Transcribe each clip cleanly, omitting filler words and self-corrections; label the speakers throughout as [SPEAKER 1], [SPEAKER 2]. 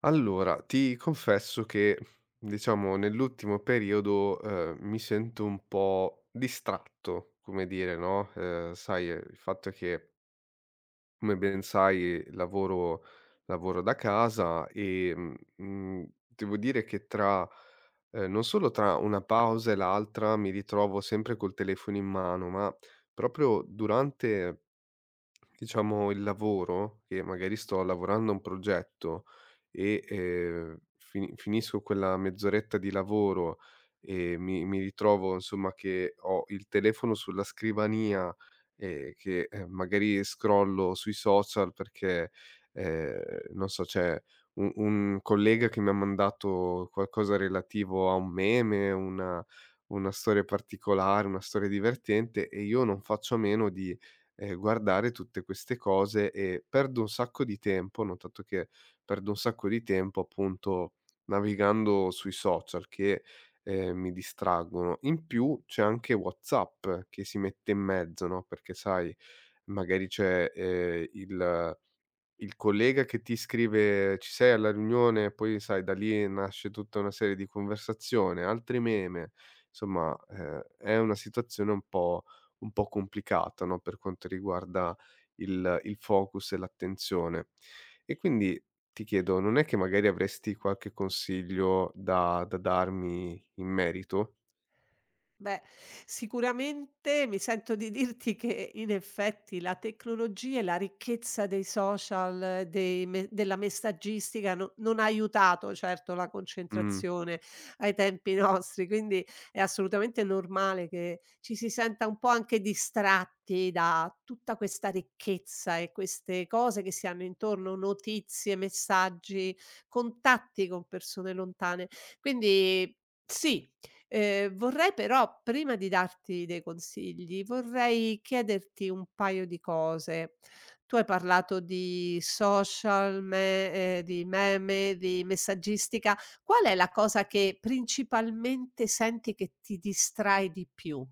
[SPEAKER 1] Allora, ti confesso che, diciamo, nell'ultimo periodo, mi sento un po' distratto, come dire, no, sai, il fatto è che, come ben sai, lavoro da casa e, devo dire che tra non solo tra una pausa e l'altra mi ritrovo sempre col telefono in mano, ma proprio durante diciamo il lavoro, che magari sto lavorando a un progetto e, finisco quella mezz'oretta di lavoro e mi ritrovo insomma che ho il telefono sulla scrivania e che, magari scrollo sui social perché, ehm, non so, c'è u un collega che mi ha mandato qualcosa relativo a un meme, una storia particolare, una storia divertente e io non faccio a meno di guardare tutte queste cose e perdo un sacco di tempo. Ho notato che perdo un sacco di tempo appunto navigando sui social che, mi distraggono. In più c'è anche WhatsApp che si mette in mezzo, no, perché sai magari c'è, il collega che ti scrive: "Ci sei alla riunione?" Poi sai da lì nasce tutta una serie di conversazione, altri meme, insomma, è una situazione un po' complicata, no, per quanto riguarda il focus e l'attenzione. E quindi ti chiedo, non è che magari avresti qualche consiglio da darmi in merito?
[SPEAKER 2] Beh, sicuramente mi sento di dirti che in effetti la tecnologia e la ricchezza dei social, della messaggistica non ha aiutato certo la
[SPEAKER 1] Mh.
[SPEAKER 2] concentrazione ai tempi nostri, quindi è assolutamente normale che ci si senta un po' anche distratti da tutta questa ricchezza e queste cose che si hanno intorno, notizie, messaggi, contatti con persone lontane. Quindi sì, vorrei però prima di darti dei consigli, vorrei chiederti un paio di cose. Tu hai parlato di social, me di meme, di messaggistica. Qual è la cosa che principalmente senti che ti distrae di più?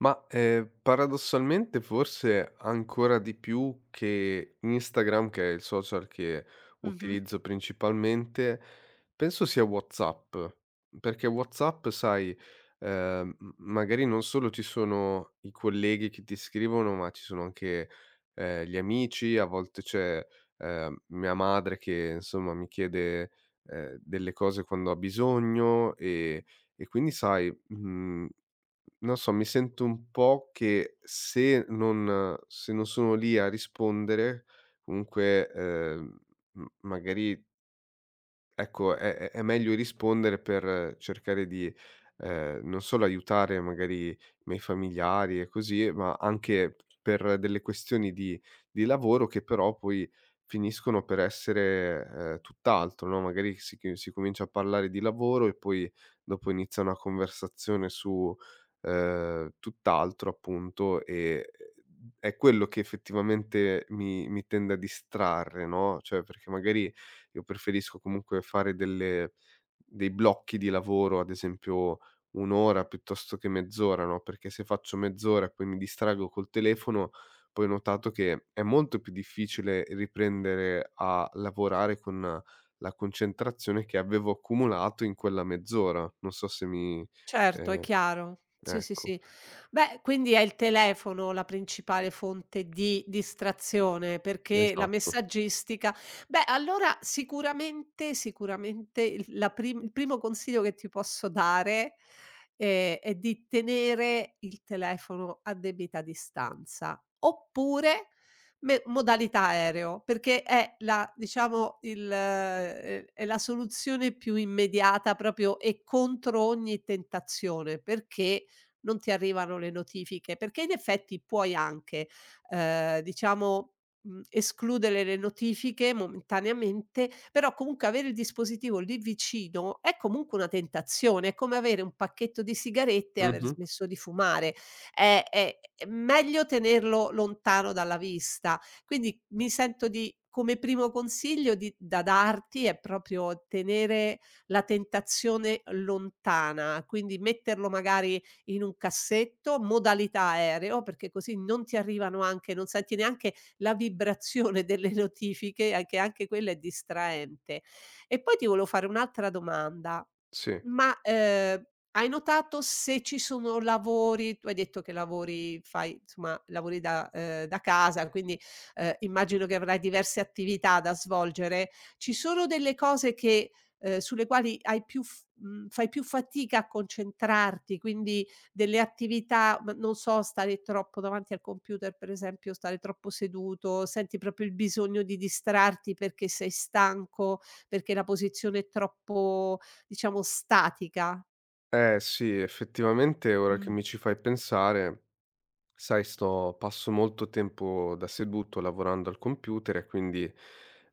[SPEAKER 1] Ma, paradossalmente forse ancora di più che Instagram, che è il social che
[SPEAKER 2] Mh-mh.
[SPEAKER 1] utilizzo principalmente, penso sia WhatsApp, perché WhatsApp sai, m magari non solo ci sono i colleghi che ti scrivono, ma ci sono anche, gli amici, a volte c'è, mia madre che insomma mi chiede, delle cose quando ha bisogno e quindi sai, mhmm non so, mi sento un po' che se non sono lì a rispondere, comunque, m magari ecco, è meglio rispondere per cercare di, non solo aiutare magari i miei familiari e così, ma anche per delle questioni di lavoro che però poi finiscono per essere, tutt'altro, no, magari si comincia a parlare di lavoro e poi dopo inizia una conversazione su, tutt'altro appunto e, è quello che effettivamente mi tende a distrarre, no, cioè perché magari io preferisco comunque fare delle dei blocchi di lavoro, ad esempio 1 ora piuttosto che mezz'ora, no, perché se faccio mezz'ora e poi mi distraggo col telefono, poi ho notato che è molto più difficile riprendere a lavorare con la concentrazione che avevo accumulato in quella mezz'ora. Non so se mi
[SPEAKER 2] Certo, è
[SPEAKER 1] ehm,
[SPEAKER 2] chiaro. Sì, sì,
[SPEAKER 1] ecco,
[SPEAKER 2] sì. Beh, quindi è il telefono la principale fonte di distrazione, perché la
[SPEAKER 1] esatto.
[SPEAKER 2] messaggistica beh, allora sicuramente, sicuramente il primo consiglio che ti posso dare, è di tenere il telefono a debita distanza, oppure Me modalità aereo, perché è la diciamo il è la soluzione più immediata proprio e contro ogni tentazione, perché non ti arrivano le notifiche. Perché in effetti puoi anche, diciamo, escludere le notifiche momentaneamente, però comunque avere il dispositivo lì vicino è comunque una tentazione, è come avere un pacchetto di sigarette e aver
[SPEAKER 1] Mh-mh,
[SPEAKER 2] smesso di fumare è è meglio tenerlo lontano dalla vista. Quindi mi sento di come primo consiglio di da darti è proprio tenere la tentazione lontana, quindi metterlo magari in un cassetto, modalità aereo, perché così non ti arrivano anche non senti neanche la vibrazione delle notifiche, a che anche quella è distraente. E poi ti volevo fare un'altra domanda:
[SPEAKER 1] sì.
[SPEAKER 2] ma, hai notato se ci sono lavori tu hai detto che lavori fai insomma, lavori da casa, quindi, immagino che avrai diverse attività da svolgere. Ci sono delle cose che sulle quali hai più f mhmm, fai più fatica a concentrarti, quindi delle attività, ma non so, stare troppo davanti al computer, per esempio, stare troppo seduto, senti proprio il bisogno di distrarti perché sei stanco, perché la posizione è troppo, diciamo, statica?
[SPEAKER 1] Eh sì, effettivamente ora che
[SPEAKER 2] Mh.
[SPEAKER 1] mi ci fai pensare. Sai, sto passo molto tempo da seduto lavorando al computer e quindi,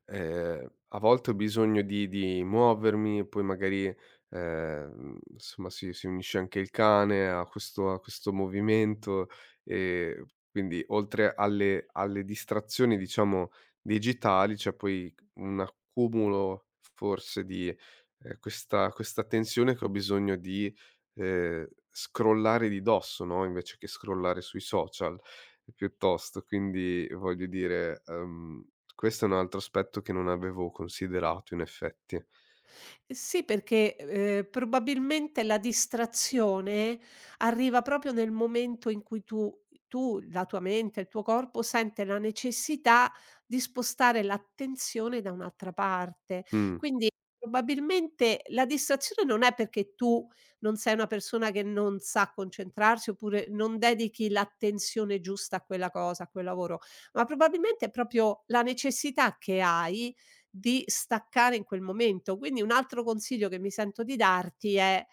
[SPEAKER 1] a volte ho bisogno di muovermi, poi magari, insomma si unisce anche il cane a questo movimento, ehm, quindi oltre alle distrazioni, diciamo, digitali, c'è poi un accumulo forse di, questa tensione che ho bisogno di scrollare di dosso, no, invece che scrollare sui social piuttosto. Quindi voglio dire, questo è un altro aspetto che non avevo considerato in effetti.
[SPEAKER 2] Sì, perché, probabilmente la distrazione arriva proprio nel momento in cui la tua mente, il tuo corpo sente la necessità di spostare l'attenzione da un'altra parte.
[SPEAKER 1] Mh.
[SPEAKER 2] Quindi probabilmente la distrazione non è perché tu non sei una persona che non sa concentrarsi oppure non dedichi l'attenzione giusta a quella cosa, a quel lavoro, ma probabilmente è proprio la necessità che hai di staccare in quel momento. Quindi un altro consiglio che mi sento di darti è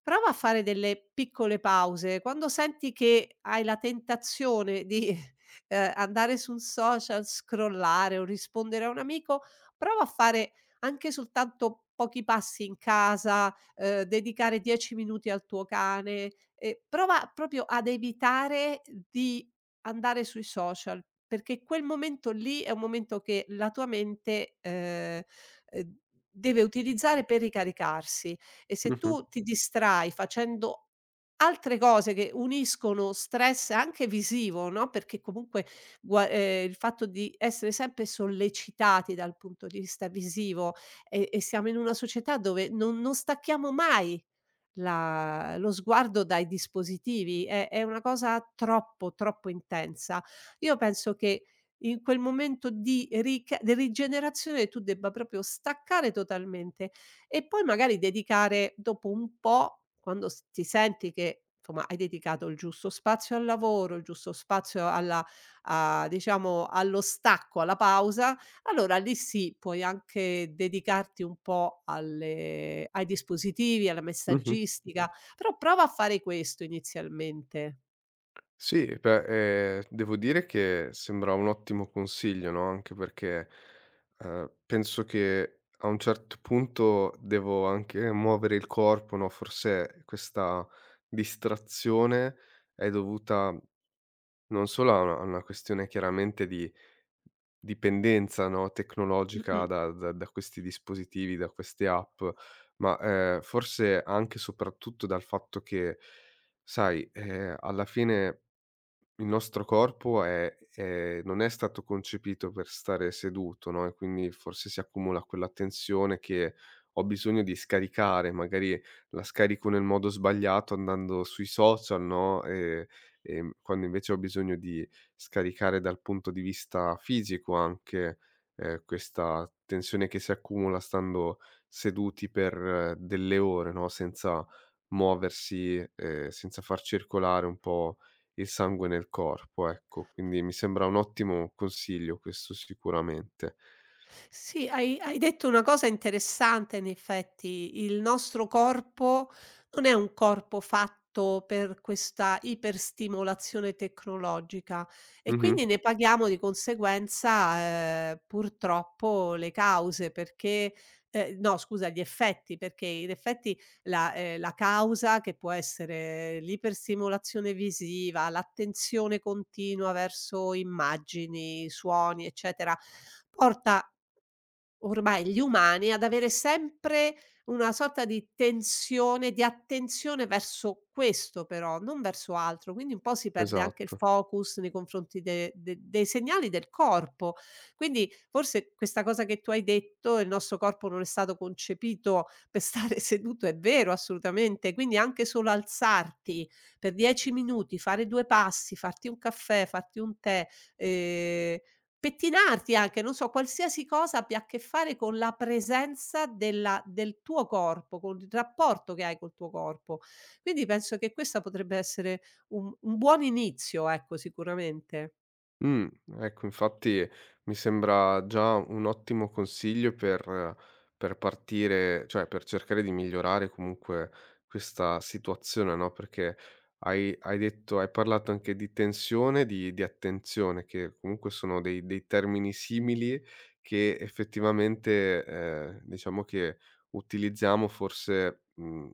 [SPEAKER 2] prova a fare delle piccole pause. Quando senti che hai la tentazione di andare su un social, scrollare o rispondere a un amico, prova a fare anche soltanto pochi passi in casa, dedicare 10 minuti al tuo cane, prova proprio ad evitare di andare sui social, perché quel momento lì è un momento che la tua mente, ehm, deve utilizzare per ricaricarsi e se
[SPEAKER 1] Mh-mh.
[SPEAKER 2] tu ti distrai facendo altre cose che uniscono stress anche visivo, no, perché comunque gua il fatto di essere sempre sollecitati dal punto di vista visivo e siamo in una società dove non stacchiamo mai la lo sguardo dai dispositivi, è una cosa troppo, troppo intensa. Io penso che in quel momento di rigenerazione tu debba proprio staccare totalmente e poi magari dedicare dopo un po', quando s ti senti che insomma hai dedicato il giusto spazio al lavoro, il giusto spazio alla a diciamo allo stacco, alla pausa, allora lì sì, puoi anche dedicarti un po' alle ai dispositivi, alla
[SPEAKER 1] Mh-mh.
[SPEAKER 2] messaggistica, però prova a fare questo inizialmente.
[SPEAKER 1] Sì, beh, devo dire che sembra un ottimo consiglio, no, anche perché, penso che a un certo punto devo anche muovere il corpo, no, forse questa distrazione è dovuta non solo a una questione chiaramente di dipendenza, no, tecnologica
[SPEAKER 2] Mh-mh.
[SPEAKER 1] da questi dispositivi, da queste app, ma, forse anche e soprattutto dal fatto che, sai, alla fine il nostro corpo è non è stato concepito per stare seduto, no, e quindi forse si accumula quella tensione che ho bisogno di scaricare, magari la scarico nel modo sbagliato andando sui social, no, quando invece ho bisogno di scaricare dal punto di vista fisico anche, questa tensione che si accumula stando seduti per delle ore, no, senza muoversi, senza far circolare un po' il sangue nel corpo, ecco. Quindi mi sembra un ottimo consiglio questo sicuramente.
[SPEAKER 2] Sì, hai detto una cosa interessante in effetti, il nostro corpo non è un corpo fatto per questa iperstimolazione tecnologica e
[SPEAKER 1] Mh-mh,
[SPEAKER 2] quindi ne paghiamo di conseguenza, purtroppo le cause perché no scusa, gli effetti, perché in effetti la causa che può essere l'iperstimolazione visiva, l'attenzione continua verso immagini, suoni, eccetera, porta ormai gli umani ad avere sempre una sorta di tensione, di attenzione verso questo però, non verso altro, quindi un po' si perde anche il
[SPEAKER 1] esatto.
[SPEAKER 2] focus nei confronti de de dei segnali del corpo. Quindi forse questa cosa che tu hai detto, il nostro corpo non è stato concepito per stare seduto, è vero assolutamente, quindi anche solo alzarti per 10 minuti, fare 2 passi, farti un caffè, farti un tè, ehm pettinarti anche, non so, qualsiasi cosa abbia a che fare con la presenza del tuo corpo, con il rapporto che hai col tuo corpo. Quindi penso che questa potrebbe essere un buon inizio, ecco, sicuramente.
[SPEAKER 1] Mh, ecco infatti mi sembra già un ottimo consiglio per partire, cioè per cercare di migliorare comunque questa situazione, no, perché hai parlato anche di tensione, di attenzione, che comunque sono dei termini simili che effettivamente, diciamo che utilizziamo forse,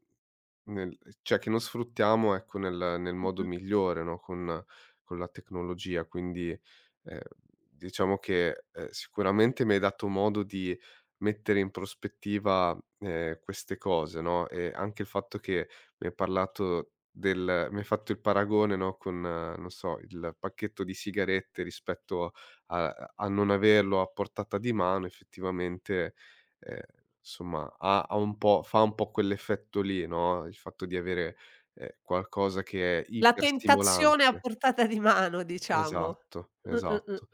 [SPEAKER 1] nel cioè che non sfruttiamo, ecco, nel modo
[SPEAKER 2] Mh-mh.
[SPEAKER 1] migliore, no, con la tecnologia, quindi Ehm, diciamo che, sicuramente mi hai dato modo di mettere in prospettiva, queste cose, no, e anche il fatto che mi hai parlato del mi hai fatto il paragone, no, con, non so, il pacchetto di sigarette rispetto a non averlo a portata di mano, effettivamente, ehm, insomma, ha ha un po' fa un po' quell'effetto lì, no, il fatto di avere, qualcosa che è
[SPEAKER 2] La tentazione a
[SPEAKER 1] iperstimolante.
[SPEAKER 2] portata di mano, diciamo.
[SPEAKER 1] Esatto,
[SPEAKER 2] Mh-mh-mh.
[SPEAKER 1] esatto.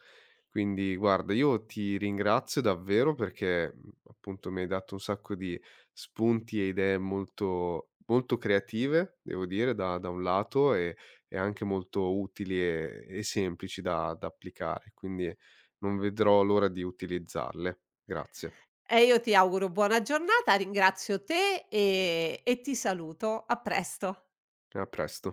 [SPEAKER 1] Quindi guarda, io ti ringrazio davvero perché, appunto mi hai dato un sacco di spunti e idee molto molto creative, devo dire, da un lato e anche molto utili e semplici da applicare, quindi non vedrò l'ora di utilizzarle. Grazie
[SPEAKER 2] E io ti auguro buona giornata, ringrazio te, e ti saluto. A presto.
[SPEAKER 1] e a presto.